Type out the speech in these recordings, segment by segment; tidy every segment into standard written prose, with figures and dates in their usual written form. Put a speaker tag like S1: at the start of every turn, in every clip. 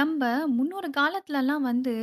S1: நம்ப முன்னொரு காலத்துலலாம் வந்து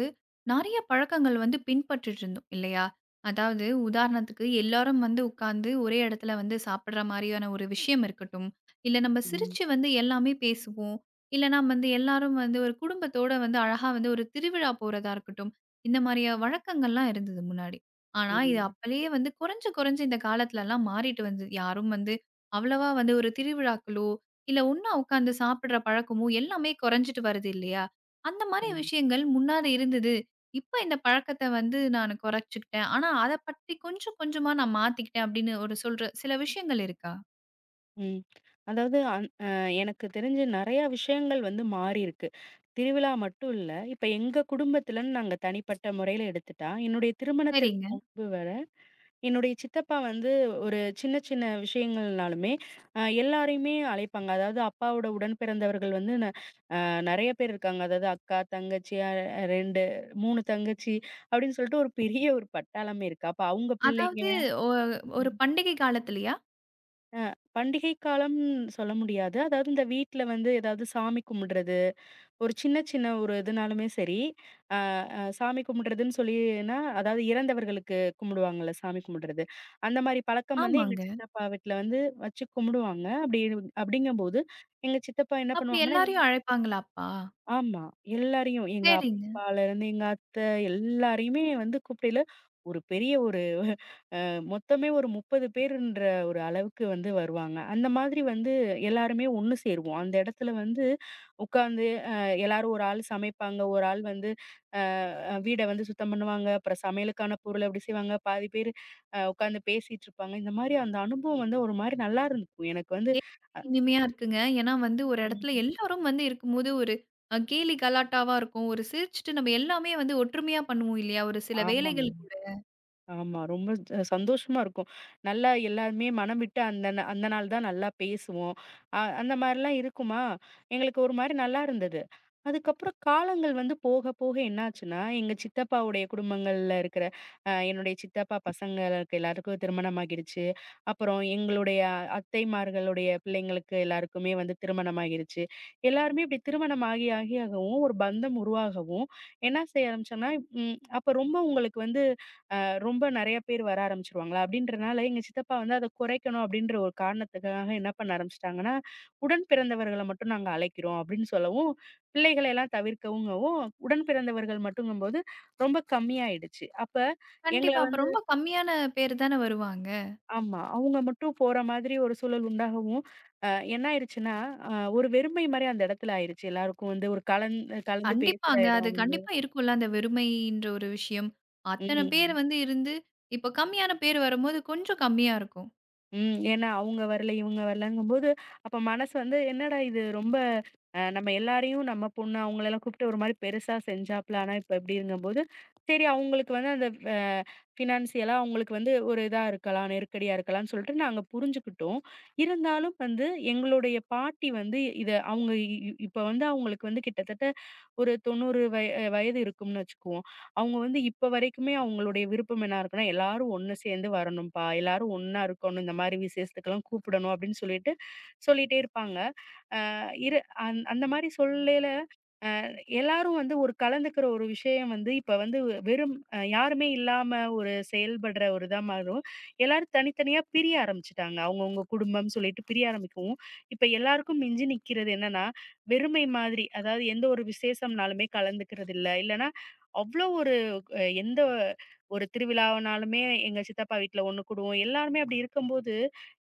S1: நெறைய பழக்கங்கள் வந்து பின்பற்றிட்டு இருந்தோம் இல்லையா? அதாவது உதாரணத்துக்கு எல்லாரும் வந்து உட்கார்ந்து ஒரே இடத்துல வந்து சாப்பிடுற மாரியான ஒரு விஷயம் இருக்கட்டும். இல்ல நம்ம
S2: ம்.
S1: சிரிச்சு வந்து எல்லாமே பேசுவோம். இல்லன்னா வந்து எல்லாரும் வந்து ஒரு குடும்பத்தோட வந்து அழகா வந்து ஒரு திருவிழா போறதா இருக்கட்டும். இந்த மாரியா வழக்கங்கள்லாம் இருந்தது முன்னாடி. ஆனா இது
S2: ம்.
S1: அப்பலேயே வந்து குறைஞ்சு குறைஞ்சு இந்த காலத்துலலாம் மாறிட்டு வந்தது. யாரும் வந்து அவ்வளவா வந்து ஒரு திருவிழாக்களோ! இல்ல ஒண்ணா உட்காந்து சாப்பிடுற பழக்கமும் எல்லாமே குறைஞ்சிட்டு வருது இல்லையா? அந்த மாரி
S2: கண்
S1: விஷயங்கள் முன்னாடி இருந்தது. இப்ப இந்த பழக்கத்த வந்து நானு குறைச்சுக்கிட்டேன். ஆனா அத பத்தி கொஞ்சம் கொஞ்சமா நான் மாத்திக்கிட்டேன் அப்படின்னு ஒரு சொல்ற சில விஷயங்கள் இருக்கா?
S2: ம். அதாவது அந் அ எனக்கு தெரிஞ்சு நெறையா விஷயங்கள் வந்து மாறியிருக்கு. திருவிழா மட்டும் இல்ல. இப்ப எங்க குடும்பத்துலன்னு நாங்க தனிப்பட்ட முறையில எடுத்துட்டா, என்னுடைய திருமணத்திற்கு
S1: சரிங்க.
S2: முன்பு வர, என்னுடைய சித்தப்பா வந்து ஒரு சின்ன சின்ன விஷயங்கள்னாலுமே, எல்லாரையுமே அழைப்பாங்க. அதாவது அப்பாவோட உடன்பிறந்தவர்கள் வந்து ந அ நெறைய பேர் இருக்காங்க. அதாவது அக்கா, தங்கச்சி, 2, 3 தங்கச்சி அப்படின்னு சொல்லிட்டு ஒரு பெரிய ஒரு பட்டாளமே இருக்கு. அப்ப அவங்க பிள்ளைங்க.
S1: அதாவது ஒ ஒரு பண்டிகை காலத்துலயா?
S2: பண்டிகை காலம்ன்னு சொல்ல முடியாது. அதாவது இந்த வீட்ல வந்து ஏதாவது சாமி கும்பிடுறது, ஒரு சின்ன சின்ன ஒரு இதுனாலுமே சரி, அ அ சாமி கும்பிடுறதுன்னு சொல்லினா, அதாவது இறந்தவர்களுக்கு கும்பிடுவாங்கல்ல சாமி கும்பிடுறது. அந்த மாரி பழக்கம் வந்து எங்க
S1: ஆமாங்க.
S2: சித்தப்பா வீட்ல வந்து வச்சு கும்பிடுவாங்க. அப்படி அப்படிங்கும்போது, எங்க சித்தப்பா என்ன
S1: அப்ப
S2: பண்ணுவாங்கன்னா.
S1: எல்லாரையும் அழைப்பாங்களா அப்பா?
S2: ஆமா. எல்லாரையும் எங்க
S1: சரிங்க.
S2: அப்பாலருந்து எங்க அத்தை எல்லாரையுமே வந்து கூப்பிடையில ஒரு பெரிய ஒரு மொத்தமே ஒரு 30 பேருன்ற ஒரு அளவுக்கு வந்து வருவாங்க. அந்த மாதிரி வந்து எல்லாருமே ஒண்ணு சேருவோம். அந்த இடத்துல வந்து உட்காந்து அ எல்லாரும் ஒரு ஆள் சமைப்பாங்க. ஒரு ஆள் வந்து வீட வந்து சுத்தம் பண்ணுவாங்க. அப்புறம் சமையலுக்கான பொருள் அப்படி செய்வாங்க. பாதி பேரு உட்காந்து பேசிட்டு இருப்பாங்க. இந்த மாரி அந்த அனுபவம் வந்து ஒரு மாரி நல்லா இருந்துக்கும். எனக்கு வந்து
S1: கேக்கவே இனிமையா இருக்குங்க. ஏன்னா வந்து ஒரு இடத்துல
S2: ம்.
S1: எல்லாரும் வந்து இருக்கும்போது ஒரு கேலி கலாட்டாவா இருக்கும். ஒரு சிரிச்சுட்டு நம்ம எல்லாமே வந்து ஒற்றுமையா பண்ணுவோம் இல்லையா? ஒரு சில
S2: ஆமாங்க.
S1: வேலைகள் கூட.
S2: ஆமா. ரொம்ப சந்தோஷமா இருக்கும். நல்லா எல்லாருமே மனம் விட்டு அந்த அந்த நாள் தான் நல்லா பேசுவோம். அந்த மாரிலாம் இருக்குமா, எங்களுக்கு ஒரு மாரி நல்லா இருந்தது. அதுக்கப்புறம் காலங்கள் வந்து போக போக என்னாச்சுன்னா, எங்க சித்தப்பாவுடைய குடும்பங்கள்ல இருக்கிற என்னுடைய சித்தப்பா பசங்களுக்கு எல்லாருக்கும் திருமணம் ஆகிடுச்சு. அப்புறம் எங்களுடைய அத்தைமார்களுடைய பிள்ளைங்களுக்கு எல்லாருக்குமே வந்து திருமணம் ஆகிருச்சு. எல்லாருமே இப்படி திருமணம் ஆகி ஆகி ஆகவும் ஒரு பந்தம் உருவாகவும், என்ன செய்ய ஆரம்பிச்சோம்னா, அப்ப ரொம்ப உங்களுக்கு வந்து ரொம்ப நெறைய பேர் வர ஆரம்பிச்சுருவாங்களா, அப்படின்றனால எங்க சித்தப்பா வந்து அத குறைக்கணும் அப்படின்ற ஒரு காரணத்துக்காக என்ன பண்ண ஆரம்பிச்சுட்டாங்கன்னா, உடன் பிறந்தவர்கள மட்டும் நாங்க அழைக்கிறோம் அப்படின்னு சொல்லவும், பிள்ளைகள எல்லாம் தவிர்க்கவும்ங்கவும், உடன் பிறந்தவர்கள் மட்டுங்கும்போது ரொம்ப கம்மியாயிடுச்சு. அப்ப எங்கள
S1: கண்டிப்பா. அப்ப
S2: வந்து
S1: ரொம்ப கம்மியான பேர் தான வருவாங்க.
S2: ஆமா. அவங்க மட்டும் போற மாதிரி ஒரு சூழல் உண்டாகவும், அ என்ன ஆயிருச்சுன்னா, அ ஒரு வெறுமை மாரி அந்த இடத்துல ஆயிருச்சு. எல்லாருக்கும் வந்து ஒரு கலந்து பேசுற
S1: கண்டிப்பாங்க.
S2: இடம்
S1: அது
S2: வந்து.
S1: கண்டிப்பா இருக்கும்ல அந்த வெறுமைன்ற ஒரு விஷயம். அத்தன பேர்
S2: ம்.
S1: வந்து இருந்து, இப்ப கம்மியான பேர் வரும்போது கொஞ்சம் கம்மியா இருக்கும்.
S2: ம். ஏன்னா அவங்க வரல, இவங்க வரலங்கும்போது, அப்ப மனசு வந்து என்னடா இது ரொம்ப நம்ம எல்லாரையும் நம்ம பொண்ணு அவங்களலாம் கூப்பிட்டு ஒரு மாரி பெருசா செஞ்சாப்ல. ஆனா இப்ப இப்படிங்கும்போது, சரி அவங்களுக்கு வந்து அந்த அ ஃபினான்சியலா அவங்களுக்கு வந்து ஒரு இதா இருக்கலாம், நெருக்கடியா இருக்கலாம்னு சொல்லிட்டு நாங்க புரிஞ்சுக்கிட்டோம். இருந்தாலும் வந்து எங்களுடைய பாட்டி வந்து இத அவங்க இ இ- இப்ப வந்து அவங்களுக்கு வந்து கிட்டத்தட்ட ஒரு 90 வயது இருக்கும்னு வச்சுக்குவோம். அவங்க வந்து இப்ப வரைக்குமே அவங்களுடைய விருப்பம் என்ன இருக்குன்னா, எல்லாரும் ஒண்ணு சேர்ந்து வரணும்ப்பா, எல்லாரும் ஒண்ணா இருக்கணும், இந்த மாரி விசேஷத்துக்கெல்லாம் கூப்பிடணும் அப்படின்னு சொல்லிட்டு சொல்லிட்டே இருப்பாங்க. அ இரு அந் அந்த மாரி சொல்லயில எல்லாரும் வந்து ஒரு கலந்துக்கிற ஒரு விஷயம் வந்து இப்ப வந்து வெறும் யாருமே இல்லாம ஒரு செயல்படுற ஒரு இதா மாறும். எல்லாரும் தனித்தனியா பிரிய ஆரம்பிச்சுட்டாங்க. அவங்கவங்க குடும்பம் சொல்லிட்டு பிரிய ஆரம்பிக்கவும், இப்ப எல்லாருக்கும் மிஞ்சி நிக்கிறது என்னன்னா, வெறுமை மாதிரி. அதாவது எந்த ஒரு விசேஷம்னாலுமே கலந்துக்கிறது இல்ல. இல்லன்னா அவ்ளோ ஒரு எந்த ஒரு திருவிழானாலுமே எங்க சித்தப்பா வீட்ல ஒண்ணு கூடுவோம். எல்லாருமே அப்படி இருக்கும்போது,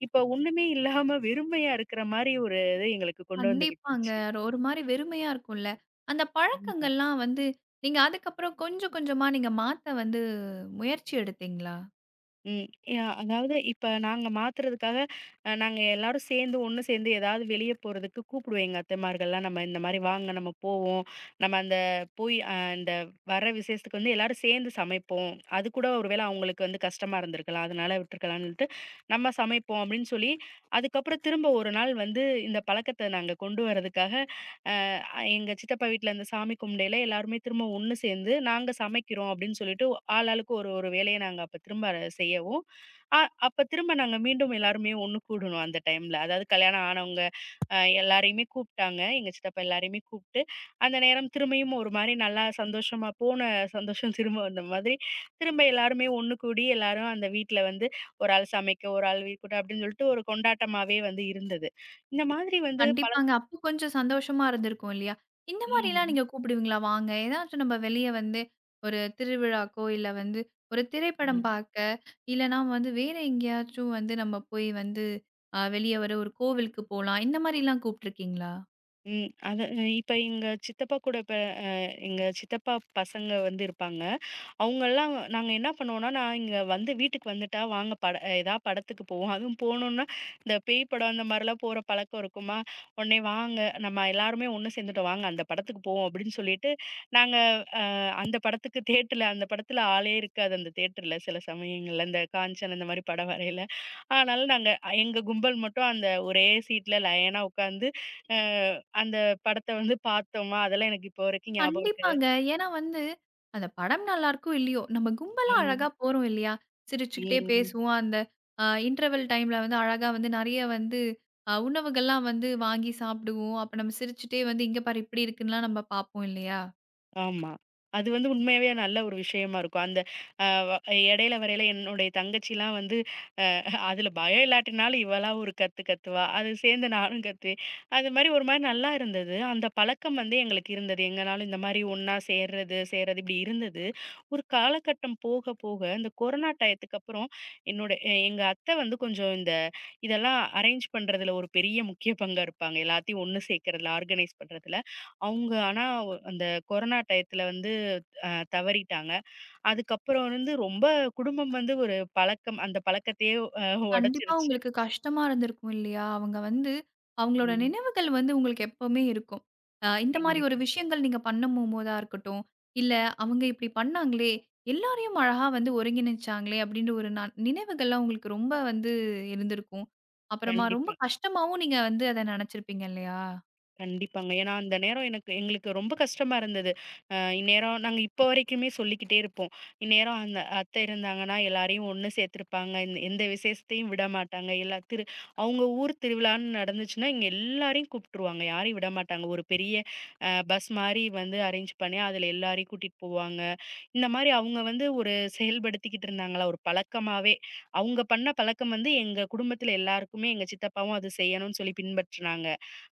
S2: இப்ப ஒண்ணுமே இல்லாம வெறுமையா இருக்கிற மாரி ஒரு இது எங்களுக்கு கொண்டு வந்து
S1: கண்டிப்பாங்க.
S2: விட்டுருச்சு.
S1: அது ஒரு மாரி வெறுமையா இருக்கும்ல. அந்த
S2: கண்டிப்பா.
S1: பழக்கங்கள்லாம் வந்து, நீங்க அதுக்கப்புறம் கொஞ்சம் கொஞ்சமா நீங்க மாத்த வந்து முயற்சி எடுத்தீங்களா?
S2: ம். அதாவது இப்ப நாங்க மாத்துறதுக்காக, நாங்க எல்லாரும் சேர்ந்து ஒண்ணு சேர்ந்து ஏதாவது வெளிய போறதுக்கு கூப்பிடுவோம் எங்க அத்தைமார்கள்லாம். நம்ம இந்த மாரி வாங்க நம்ம போவோம். நம்ம அந்த போய் அ அந்த வர விசேஷத்துக்கு வந்து எல்லாரும் சேர்ந்து சமைப்போம். அது கூட ஒருவேளை அவங்களுக்கு வந்து கஷ்டமா இருந்திருக்கலாம். அதனால விட்டுருக்கலான்ட்டு நம்ம சமைப்போம் அப்படின்னு சொல்லி, அதுக்கப்புறம் திரும்ப ஒரு நாள் வந்து இந்த பழக்கத்த நாங்க கொண்டு வரதுக்காக எங்க சித்தப்பா வீட்ல இந்த சாமி கும்பிடையில எல்லாருமே திரும்ப ஒண்ணு சேர்ந்து, நாங்க சமைக்கிறோம் அப்படின்னு சொல்லிட்டு ஆளாளுக்கு ஒரு ஒரு வேலைய நாங்க அப்ப திரும்ப அத செய்யவும், அ அப்ப திரும்ப நாங்க மீண்டும் எல்லாருமே ஒண்ணு கூடணும் அந்த டைம்ல. அதாவது கல்யாணம் ஆனவங்க எல்லாரையுமே கூப்பிட்டாங்க. எங்க சித்தப்பா எல்லாரையுமே கூப்பிட்டு, அந்த நேரம் திரும்பியும் ஒரு மாரி நல்லா சந்தோஷமா போன சந்தோஷம் திரும்ப வந்த மாதிரி, திரும்ப எல்லாருமே ஒண்ணு கூடி எல்லாரும் அந்த வீட்ல வந்து ஒரு ஆள் சமைக்க, ஒரு ஆள் வீடு கூட்ட அப்படின்னு சொல்லிட்டு ஒரு கொண்டாட்டமாவே வந்து இருந்தது. இந்த மாதிரி வந்து பல
S1: கண்டிப்பாங்க. அப்போ கொஞ்சம் சந்தோஷமா இருந்திருக்கும் இல்லையா? இந்த மாரிலாம்
S2: ம்.
S1: நீங்க கூப்பிடுவீங்களா? வாங்க. ஏதாச்சும் நம்ம வெளிய வந்து ஒரு திருவிழாக்கோ, இல்ல வந்து ஒரு திரைப்படம்
S2: ம்.
S1: பார்க்க, இல்லன்னா வந்து வேற எங்கேயாச்சும் வந்து நம்ம போய் வந்து வெளிய வர ஒரு கோவிலுக்கு போலாம். இந்த மாரிலாம் கூப்ட்டுருக்கீங்களா?
S2: ம். அது இப்ப எங்க சித்தப்பா கூட இப்ப அ எங்க சித்தப்பா பசங்க வந்து இருப்பாங்க. அவங்கலாம் நாங்க என்ன பண்ணுவோம்னா, நான் இங்க வந்து வீட்டுக்கு வந்துட்டா வாங்க பட ஏதா படத்துக்கு போவோம். அதுவும் போனோம்னா, இந்த பேய் படம் அந்த மாரிலாம் போற பழக்கம் இருக்குமா, "உடனே வாங்க நம்ம எல்லாருமே ஒண்ணு சேர்ந்துட்டோம். வாங்க அந்த படத்துக்கு போவோம்." அப்படின்னு சொல்லிட்டு நாங்க அ அந்த படத்துக்கு தியேட்டர்ல அந்த படத்துல ஆளே இருக்காது அந்த தியேட்டர்ல சில சமயங்கள்ல. இந்த காஞ்சன் அந்த மாரி படம் வரையில. அதனால நாங்க எங்க கும்பல் மட்டும் அந்த ஒரே சீட்ல லயனா உட்காந்து, அ அந்த படத்த வந்து பார்த்தோமா, அதெல்லாம் எனக்கு இப்போ வரைக்கும் ஞாபகம் இருக்கு.
S1: கண்டிப்பாங்க. ஏன்னா வந்து, அந்த படம் நல்லாருக்கோ! இல்லையோ! நம்ம கும்பலா அழகா
S2: ம்,
S1: போறோம் இல்லையா? சிரிச்சுக்கிட்டே
S2: ம்.
S1: பேசுவோம். அந்த இன்டர்வல் டைம்ல வந்து அழகா வந்து நெறைய வந்து உணவுகள்லாம் வந்து வாங்கி சாப்பிடுவோம். அப்ப நம்ம சிரிச்சுட்டே வந்து, "இங்க பாரு இப்படி இருக்குன்லாம்" நம்ம பார்ப்போம் இல்லையா?
S2: ஆமா. அது வந்து உண்மையாவே நல்ல ஒரு விஷயமா இருக்கும். அந்த அ வ இடையில வரையில என்னுடைய தங்கச்சிலாம் வந்து அதுல பயம் இல்லாட்டினாலும் இவளா ஒரு கத்து கத்துவா. அது சேர்ந்து நானும் கத்துவேன். அது மாரி ஒரு மாரி நல்லா இருந்தது. அந்த பழக்கம் வந்து எங்களுக்கு இருந்தது. எங்கனாலும் இந்த மாரி ஒண்ணா சேர்றது, சேர்றது இப்படி இருந்தது. ஒரு காலகட்டம் போக போக இந்த கொரோனா டயத்துக்கு அப்புறம் என்னோட எங்க அத்தை வந்து கொஞ்சம் இந்த இதெல்லாம் அரேஞ்ச் பண்றதுல ஒரு பெரிய முக்கிய பங்கா இருப்பாங்க. எல்லாத்தையும் ஒண்ணு சேர்க்கறதுல, ஆர்கனைஸ் பண்றதுல. அவங்க ஆனா அந்த கொரோனா டயத்துல வந்து அ தவறிட்டாங்க. அதுக்கப்புறம் வந்து ரொம்ப குடும்பம் வந்து ஒரு பழக்கம். அந்த பழக்கத்தையே அ
S1: கண்டிப்பா
S2: உடைச்சிருச்சு.
S1: உங்களுக்கு கஷ்டமா இருந்திருக்கும் இல்லையா? அவங்க வந்து அவங்களோட
S2: ம்.
S1: நினைவுகள் வந்து உங்களுக்கு எப்பவுமே இருக்கும். இந்த மாரி ஒரு
S2: கண்டிப்பா,
S1: விஷயங்கள் நீங்க பண்ணம் போதா இருக்கட்டும், இல்ல அவங்க இப்படி பண்ணாங்களே! எல்லாரையும் அழகா வந்து ஒருங்கிணைச்சாங்களே! அப்படின்ற ஒரு நினைவுகள்லாம் உங்களுக்கு ரொம்ப வந்து இருந்திருக்கும். அப்புறமா ரொம்ப
S2: கண்டிப்பா,
S1: கஷ்டமாவும் நீங்க வந்து அத நெனச்சிருப்பீங்க இல்லையா?
S2: கண்டிப்பாங்க. ஏன்னா, அந்த நேரம் எனக்கு எங்களுக்கு ரொம்ப கஷ்டமா இருந்தது. இந்நேரம் நாங்க இப்போ வரைக்குமே சொல்லிக்கிட்டே இருப்போம். இந்நேரம் அந்த அத்தை இருந்தாங்கன்னா, எல்லாரையும் ஒண்ணு சேர்த்துருப்பாங்க. இந்த எந்த விசேஷத்தையும் விட மாட்டாங்க. எல்லா திரு அவங்க ஊர் திருவிழான்னு நடந்துச்சுன்னா, இங்க எல்லாரையும் கூப்பிட்டுருவாங்க. யாரையும் விட மாட்டாங்க. ஒரு பெரிய பஸ் மாரி வந்து அரேஞ்ச் பண்ணி, அதில எல்லாரையும் கூட்டிட்டு போவாங்க. இந்த மாரி அவங்க வந்து ஒரு செயல்படுத்திக்கிட்டு இருந்தாங்களா, ஒரு பழக்கமாவே. அவங்க பண்ண பழக்கம் வந்து எங்க குடும்பத்தில எல்லாருக்குமே, எங்க சித்தப்பாவும் அது செய்யணும்னு சொல்லி பின்பற்றுனாங்க.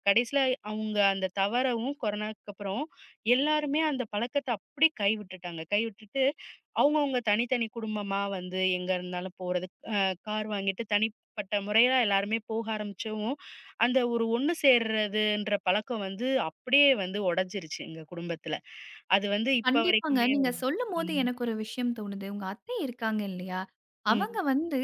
S2: கடைசில அவங்க அந்த தவறவும் கொரோனாக்கு அப்புறம் எல்லாருமே அந்த பழக்கத்த அப்படியே கைவிட்டுட்டாங்க. கைவிட்டுட்டு அவங்கவங்க தனித்தனி குடும்பமா வந்து எங்க இருந்தாலும் போறது. அ கார் வாங்கிட்டு தனிப்பட்ட முறையில எல்லாருமே போக ஆரம்பிச்சவும், அந்த ஒரு ஒண்ணு சேர்றதுன்ற பழக்கம் வந்து அப்படியே வந்து உடைஞ்சிருச்சு எங்க குடும்பத்தில. அது வந்து இப்ப
S1: கண்டிப்பாங்க.
S2: வரைக்குமே
S1: நீங்க சொல்லும்போது
S2: ம்.
S1: எனக்கு ஒரு விஷயம் தோணுது. உங்க அத்தை இருக்காங்க இல்லையா?
S2: ம்.
S1: அவங்க வந்து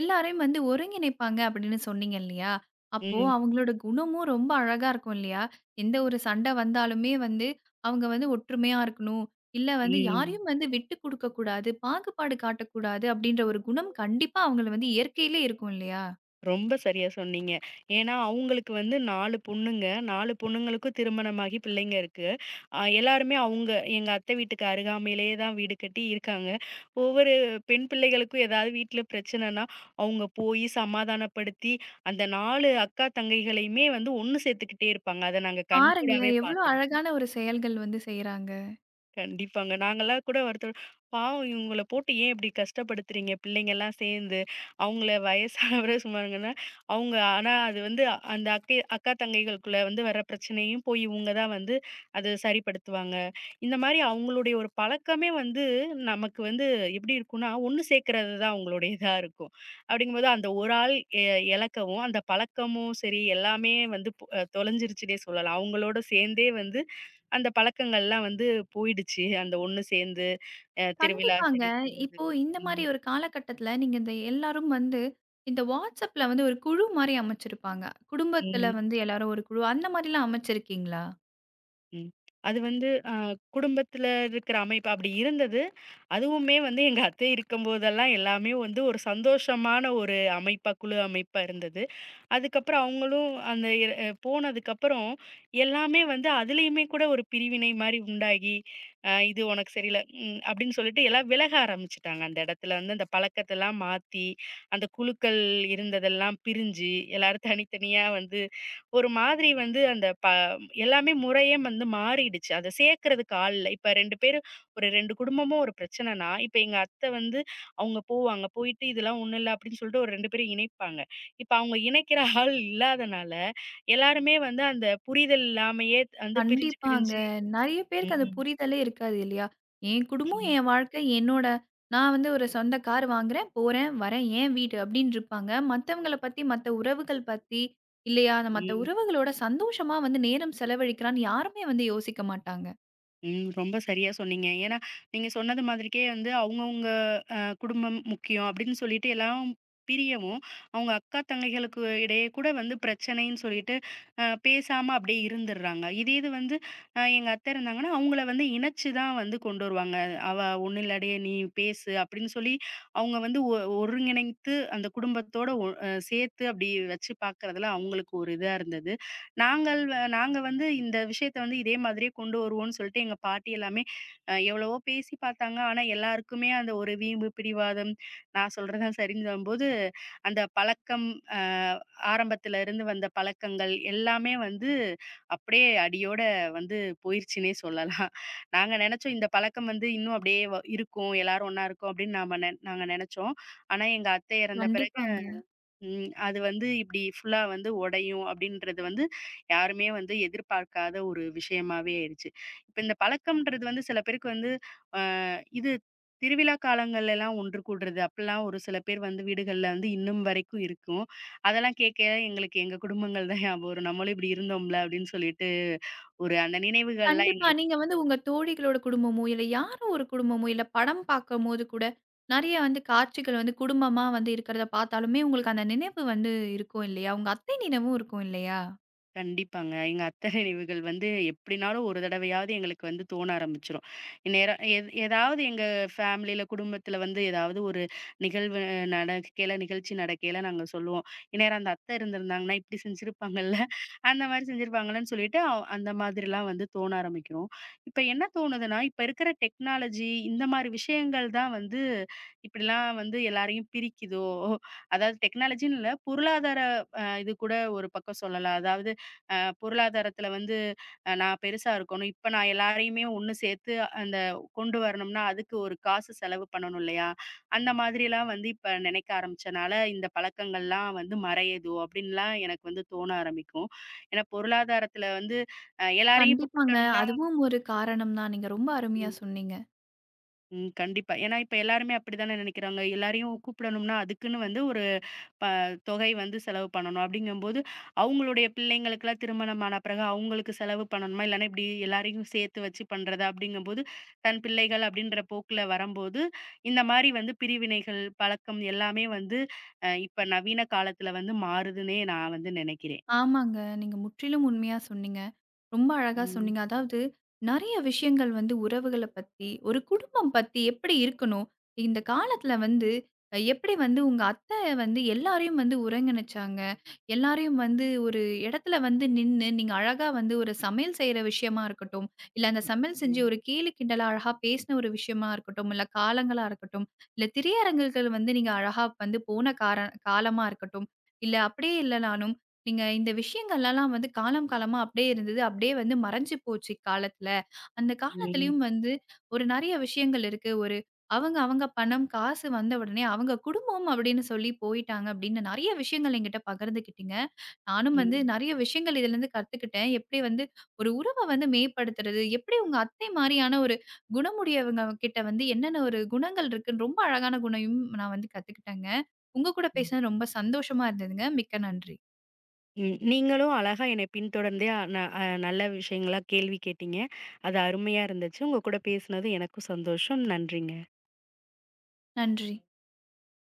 S1: எல்லாரையும் வந்து ஒருங்கிணைப்பாங்க அப்படின்னு சொன்னீங்க இல்லையா? அப்போ
S2: ம்.
S1: அவங்களோட குணமும் ரொம்ப அழகா இருக்கும் இல்லையா? எந்த ஒரு சண்டை வந்தாலுமே வந்து அவங்க வந்து ஒற்றுமையா இருக்கணும். இல்ல வந்து
S2: ம்.
S1: யாரையும் வந்து விட்டு குடுக்கக் கூடாது, பாகுபாடு காட்டக்கூடாது அப்படின்ற ஒரு குணம் கண்டிப்பா அவங்கள வந்து இயற்கையிலே இருக்கும் இல்லையா?
S2: ரொம்ப சரியா சொன்னீங்க. ஏன்னா, அவங்களுக்கு வந்து 4 பொண்ணுங்க. 4 பொண்ணுங்களுக்கும் திருமணமாகி பிள்ளைங்க இருக்கு. எல்லாருமே அவங்க எங்க அத்தை வீட்டுக்கு அருகாமையிலேயே தான் வீடு கட்டி இருக்காங்க. ஒவ்வொரு பெண் பிள்ளைகளுக்கும் ஏதாவது வீட்ல பிரச்சனைன்னா, அவங்க போய் சமாதானப்படுத்தி, அந்த 4 அக்கா தங்கைகளையுமே வந்து ஒண்ணு சேர்த்துக்கிட்டே இருப்பாங்க. அத நாங்க கண்கூடாவே
S1: பாருங்களேன் எவ்ளோ
S2: பார்த்துருக்கோம்.
S1: அழகான ஒரு செயல்கள் வந்து செய்றாங்க.
S2: கண்டிப்பாங்க. நாங்கலாம் கூட வருத்தம். பாவம் இவங்கள போட்டு ஏன் இப்படி கஷ்டப்படுத்துறீங்க? பிள்ளைங்கலாம் சேர்ந்து. அவங்கள வயசானவர சும்மாங்கன்னா, அவங்க ஆனா அது வந்து அ- அந்த அக்கை அக்கா தங்கைகளுக்குள்ள வந்து வர பிரச்சனையும் போய் இவங்க தான் வந்து அது சரிப்படுத்துவாங்க. இந்த மாரி அவங்களுடைய ஒரு பழக்கமே வந்து நமக்கு வந்து எப்படி இருக்கும்னா, ஒண்ணு சேர்க்கிறது தான் அவங்களுடைய இதா இருக்கும். அப்படிங்கும்போது அந்த ஒரு ஆள் எ இழக்கவும், அந்த பழக்கமும் சரி எல்லாமே வந்து தொலைஞ்சிருச்சுன்னே சொல்லலாம். அவங்களோட சேர்ந்தே வந்து அந்த பழக்கங்கள்லாம் வந்து போயிடுச்சு. அந்த ஒண்ணு சேர்ந்து திருவிழா
S1: கண்டிப்பாங்க.
S2: சரி போறது.
S1: இப்போ இந்த மாரி
S2: ம்,
S1: ஒரு காலகட்டத்தில, நீங்க இந்த எல்லாரும் வந்து இந்த WhatsAppல வந்து ஒரு குழு மாரி அமைச்சிருப்பாங்க. குடும்பத்தில
S2: ம்,
S1: வந்து எல்லாரும் ஒரு குழு, அந்த மாரிலாம் அமைச்சிருக்கீங்களா?
S2: ம். அது வந்து குடும்பத்துல இருக்கிற அமைப்பு அப்படி இருந்தது. அதுவுமே வந்து எங்க அத்தை இருக்கும்போதெல்லாம் எல்லாமே வந்து ஒரு சந்தோஷமான ஒரு அமைப்பா, குழு அமைப்பா இருந்தது. அதுக்கப்புறம் அவங்களும் அந்த இர அ போனதுக்கப்புறம், எல்லாமே வந்து அதிலயுமே கூட ஒரு பிரிவினை மாரி உண்டாகி, இது உனக்கு சரியில்ல. அப்படின்னு சொல்லிட்டு எல்லாம் விலக ஆரம்பிச்சுட்டாங்க. அந்த இடத்துல வந்து அந்த பழக்கத்தெல்லாம் மாத்தி, அந்த குழுக்கள் இருந்ததெல்லாம் பிரிஞ்சு, எல்லாரும் தனித்தனியா வந்து ஒரு மாதிரி வந்து அந்த ப எல்லாமே முறையே வந்து மாறிடுச்சு. அத சேர்க்கிறதுக்கு ஆள் இல்ல. இப்ப 2 பேரு ஒரு 2 குடும்பமும் ஒரு பிரச்சனைனா, இப்ப எங்க அத்தை வந்து அவங்க போவாங்க. போயிட்டு இதெல்லாம் ஒண்ணும் இல்ல அப்படின்னு சொல்லிட்டு ஒரு 2 பேரும் இணைப்பாங்க. இப்ப அவங்க இணைக்கிற ஆள் இல்லாதனால, எல்லாருமே வந்து அந்த புரிதல் இல்லாமயே வந்து பிரிஞ்சு
S1: கண்டிப்பாங்க.
S2: பிரிஞ்சு
S1: நெறைய பேருக்கு அந்த
S2: ம்.
S1: புரிதலே இருக்காது இல்லையா? என் குடும்பம்,
S2: ம்.
S1: என் வாழ்க்கை, என்னோட நான் வந்து ஒரு சொந்த கார் வாங்குறேன், போறேன், வரேன், என் வீடு அப்டின்னு இருப்பாங்க. மத்தவங்கள பத்தி, மத்த உறவுகள் பத்தி இல்லையா, அந்த மத்த
S2: ம்.
S1: உறவுகளோட சந்தோஷமா வந்து நேரம் செலவழிக்கலான்னு யாருமே வந்து யோசிக்க மாட்டாங்க.
S2: ம். ரொம்ப சரியா சொன்னீங்க. ஏன்னா, நீங்க சொன்னது மாதிரிக்கே வந்து அவங்கவங்க அ குடும்பம் முக்கியம் அப்படின்னு சொல்லிட்டு எல்லாம் பிரியவும், அவங்க அக்கா, தங்கைகளுக்கு இடையே கூட வந்து பிரச்சனைன்னு சொல்லிட்டு பேசாம அப்படியே இருந்துடுறாங்க. இதே இது வந்து எங்க அத்தை இருந்தாங்கன்னா, அவங்கள வந்து இணைச்சு தான் வந்து கொண்டு வருவாங்க. "அவ ஒண்ணும் இல்லாடி நீ பேசு" அப்படின்னு சொல்லி அவங்க வந்து ஒருங்கிணைத்து அந்த குடும்பத்தோட ஒ அ சேர்த்து அப்படி வச்சு பார்க்கறதுல அவங்களுக்கு ஒரு இதா இருந்தது. நாங்க வந்து இந்த விஷயத்த வந்து இதே மாதிரியே கொண்டு வருவோம்ன்னு சொல்லிட்டு எங்க பாட்டி எல்லாமே எவ்வளவோ பேசி பார்த்தாங்க. ஆனா, எல்லாருக்குமே அந்த ஒரு வீம்பு, பிடிவாதம், நான் சொல்றது தான் சரிங்கும்போது, அந்த பழக்கம் அ ஆரம்பத்துல இருந்து வந்த பழக்கங்கள் எல்லாமே வந்து அப்படியே அடியோட வந்து போயிருச்சுன்னே சொல்லலாம். நாங்க நெனச்சோம் இந்த பழக்கம் வந்து இன்னும் அப்படியே இருக்கும். எல்லாரும் ஒண்ணா இருக்கோம் அப்படின்னு நாம நெ நாங்க நெனச்சோம். ஆனா, எங்க அத்தை இறந்த பிறகு
S1: கண்டிப்பாங்க.
S2: ம். அது வந்து இப்படி ஃபுல்லா வந்து உடையும் அப்படின்றது வந்து யாருமே வந்து எதிர்பார்க்காத ஒரு விஷயமாவே ஆயிடுச்சு. இப்ப இந்த பழக்கம்ன்றது வந்து சில பேருக்கு வந்து அ இது திருவிழா காலங்கள்ல எல்லாம் ஒன்று கூடுறது அப்பல்லாம் ஒரு சில பேர் வந்து வீடுகள்ல வந்து இன்னும் வரைக்கும் இருக்கும். அதெல்லாம் கேட்க எங்களுக்கு எங்க குடும்பங்கள் தான் ஞாபகம் வரும். நம்மளும் இப்படி இருந்தோம்ல அப்படின்னு சொல்லிட்டு ஒரு அந்த நினைவுகள்லாம்
S1: கண்டிப்பா.
S2: எங்களுக்கு
S1: நீங்க வந்து உங்க தோழிகளோட குடும்பமோ, இல்ல யாரோ ஒரு குடும்பமோ, இல்ல படம் பார்க்கும்போது கூட, நெறைய வந்து காட்சிகள் வந்து குடும்பமா வந்து இருக்கிறத பார்த்தாலுமே, உங்களுக்கு அந்த நினைவு வந்து இருக்கும் இல்லையா? உங்க அத்தை நினைவும் இருக்கும் இல்லையா?
S2: கண்டிப்பாங்க. எங்க அத்தை நினைவுகள் வந்து எப்படினாலும் ஒரு தடவையாவது எங்களுக்கு வந்து தோண ஆரம்பிச்சுரும். நேரா எது ஏதாவது எங்க ஃபேமிலியில, குடும்பத்தில வந்து ஏதாவது ஒரு நிகழ்வு நடக்கையில, நிகழ்ச்சி நடக்கையில நாங்க சொல்லுவோம். இந்நேரம் அந்த அத்தை இருந்திருந்தாங்கன்னா, இப்படி செஞ்சிருப்பாங்கல்ல, அந்த மாரி செஞ்சிருப்பாங்கன்னு சொல்லிட்டு, அந்த மாதிரிலாம் வந்து தோண ஆரம்பிக்கும். இப்ப என்ன தோணுதுன்னா, இப்ப இருக்கிற டெக்னாலஜி இந்த மாரி விஷயங்கள் தான் வந்து இப்படிலாம் வந்து எல்லாரையும் பிரிக்குதோ! அதாவது டெக்னாலஜின்னு இல்ல, பொருளாதார இது கூட ஒரு பக்கம் சொல்லலாம். அதாவது அ பொருளாதாரத்துல வந்து நான் பெருசா இருக்கணும். இப்ப நான் எல்லாரையுமே ஒண்ணு சேர்த்து அந்த கொண்டு வரணும்னா, அதுக்கு ஒரு காசு செலவு பண்ணணும் இல்லையா? அந்த மாதிரிலாம் வந்து இப்ப நினைக்க ஆரம்பிச்சனால, இந்த பழக்கங்கள்லாம் வந்து மறையுதோ! அப்டின்லாம் எனக்கு வந்து தோண ஆரம்பிக்கும். ஏன்னா பொருளாதாரத்துல வந்து எல்லாரையும் இப்ப
S1: கண்டிப்பாங்க.
S2: கூட்டணும்னா
S1: அதுவும் ஒரு காரணம் தான். நீங்க ரொம்ப அருமையா சொன்னீங்க.
S2: ம். கண்டிப்பா. ஏன்னா, இப்ப எல்லாருமே அப்படித்தானே நெனைக்கிறாங்க. எல்லாரையும் கூப்பிடணும்னா, அதுக்குன்னு வந்து ஒரு ப தொகை வந்து செலவு பண்ணணும். அப்படிங்கும்போது, அவங்களுடைய பிள்ளைங்களுக்கெல்லாம் திருமணம் ஆன பிறகு அவங்களுக்கு செலவு பண்ணணுமா? இல்லன்னா இப்படி எல்லாரையும் சேர்த்து வச்சு பண்றதா? அப்படிங்கும்போது, தன் பிள்ளைகள் அப்படின்ற போக்குல வரம்போது, இந்த மாரி வந்து பிரிவினைகள், பழக்கம் எல்லாமே வந்து இப்ப நவீன காலத்துல வந்து மாறுதுன்னே நான் வந்து நெனைக்கிறேன்.
S1: ஆமாங்க. நீங்க முற்றிலும் உண்மையா சொன்னீங்க. ரொம்ப அழகா
S2: ம்.
S1: சொன்னீங்க. அதாவது நெறைய விஷயங்கள் வந்து உறவுகள பத்தி, ஒரு குடும்பம் பத்தி எப்படி இருக்கணும்? இந்த காலத்துல வந்து எப்படி வந்து உங்க வந்து எல்லாரையும் வந்து ஒருங்கிணைச்சாங்க. எல்லாரையும் வந்து ஒரு இடத்துல வந்து நின்னு, நீங்க அழகா வந்து ஒரு சமையல் செய்ற விஷயமா இருக்கட்டும், இல்ல அந்த சமையல் செஞ்சு
S2: ம்.
S1: ஒரு கேலி கிண்டலா அழகா பேசின ஒரு விஷயமா இருக்கட்டும், இல்ல காலங்களா இருக்கட்டும், இல்ல திரையரங்குகள் வந்து நீங்க அழகா வந்து போன காலமா இருக்கட்டும், இல்ல அப்படியே இல்லனாலும் நீங்க இந்த விஷயங்கள்லலாம் வந்து காலம் காலமா அப்படியே இருந்தது. அப்படியே வந்து மறைஞ்சு போச்சு இக்காலத்துல. அந்த
S2: ம்.
S1: காலத்துலயும் வந்து ஒரு நெறைய விஷயங்கள் இருக்கு. ஒரு அவங்க அவங்க பணம், காசு வந்த உடனே அவங்க குடும்பம் அப்படின்னு சொல்லி போயிட்டாங்க அப்படின்னு நெறைய விஷயங்கள் என்கிட்ட பகிர்ந்துக்கிட்டீங்க. நானும் வந்து
S2: ம்.
S1: நெறைய விஷயங்கள் இதுலருந்து கத்துக்கிட்டேன். எப்படி வந்து ஒரு உறவ வந்து மேம்படுத்துறது, எப்படி உங்க அத்தை மாரியான ஒரு குணமுடையவங்க கிட்ட வந்து என்னென்ன ஒரு குணங்கள் இருக்குன்னு ரொம்ப அழகான குணயும் நான் வந்து கத்துக்கிட்டேங்க. உங்க கூட
S2: ம்.
S1: பேசினது ரொம்ப சந்தோஷமா இருந்ததுங்க. மிக்க நன்றி.
S2: ம். நீங்களும் அழகா என்னை பின்தொடர்ந்தே அ ந அ நல்ல விஷயங்களா கேள்வி கேட்டீங்க. அது அருமையா இருந்துச்சு. உங்க கூட பேசினது எனக்கும் சந்தோஷம். நன்றிங்க.
S1: நன்றி.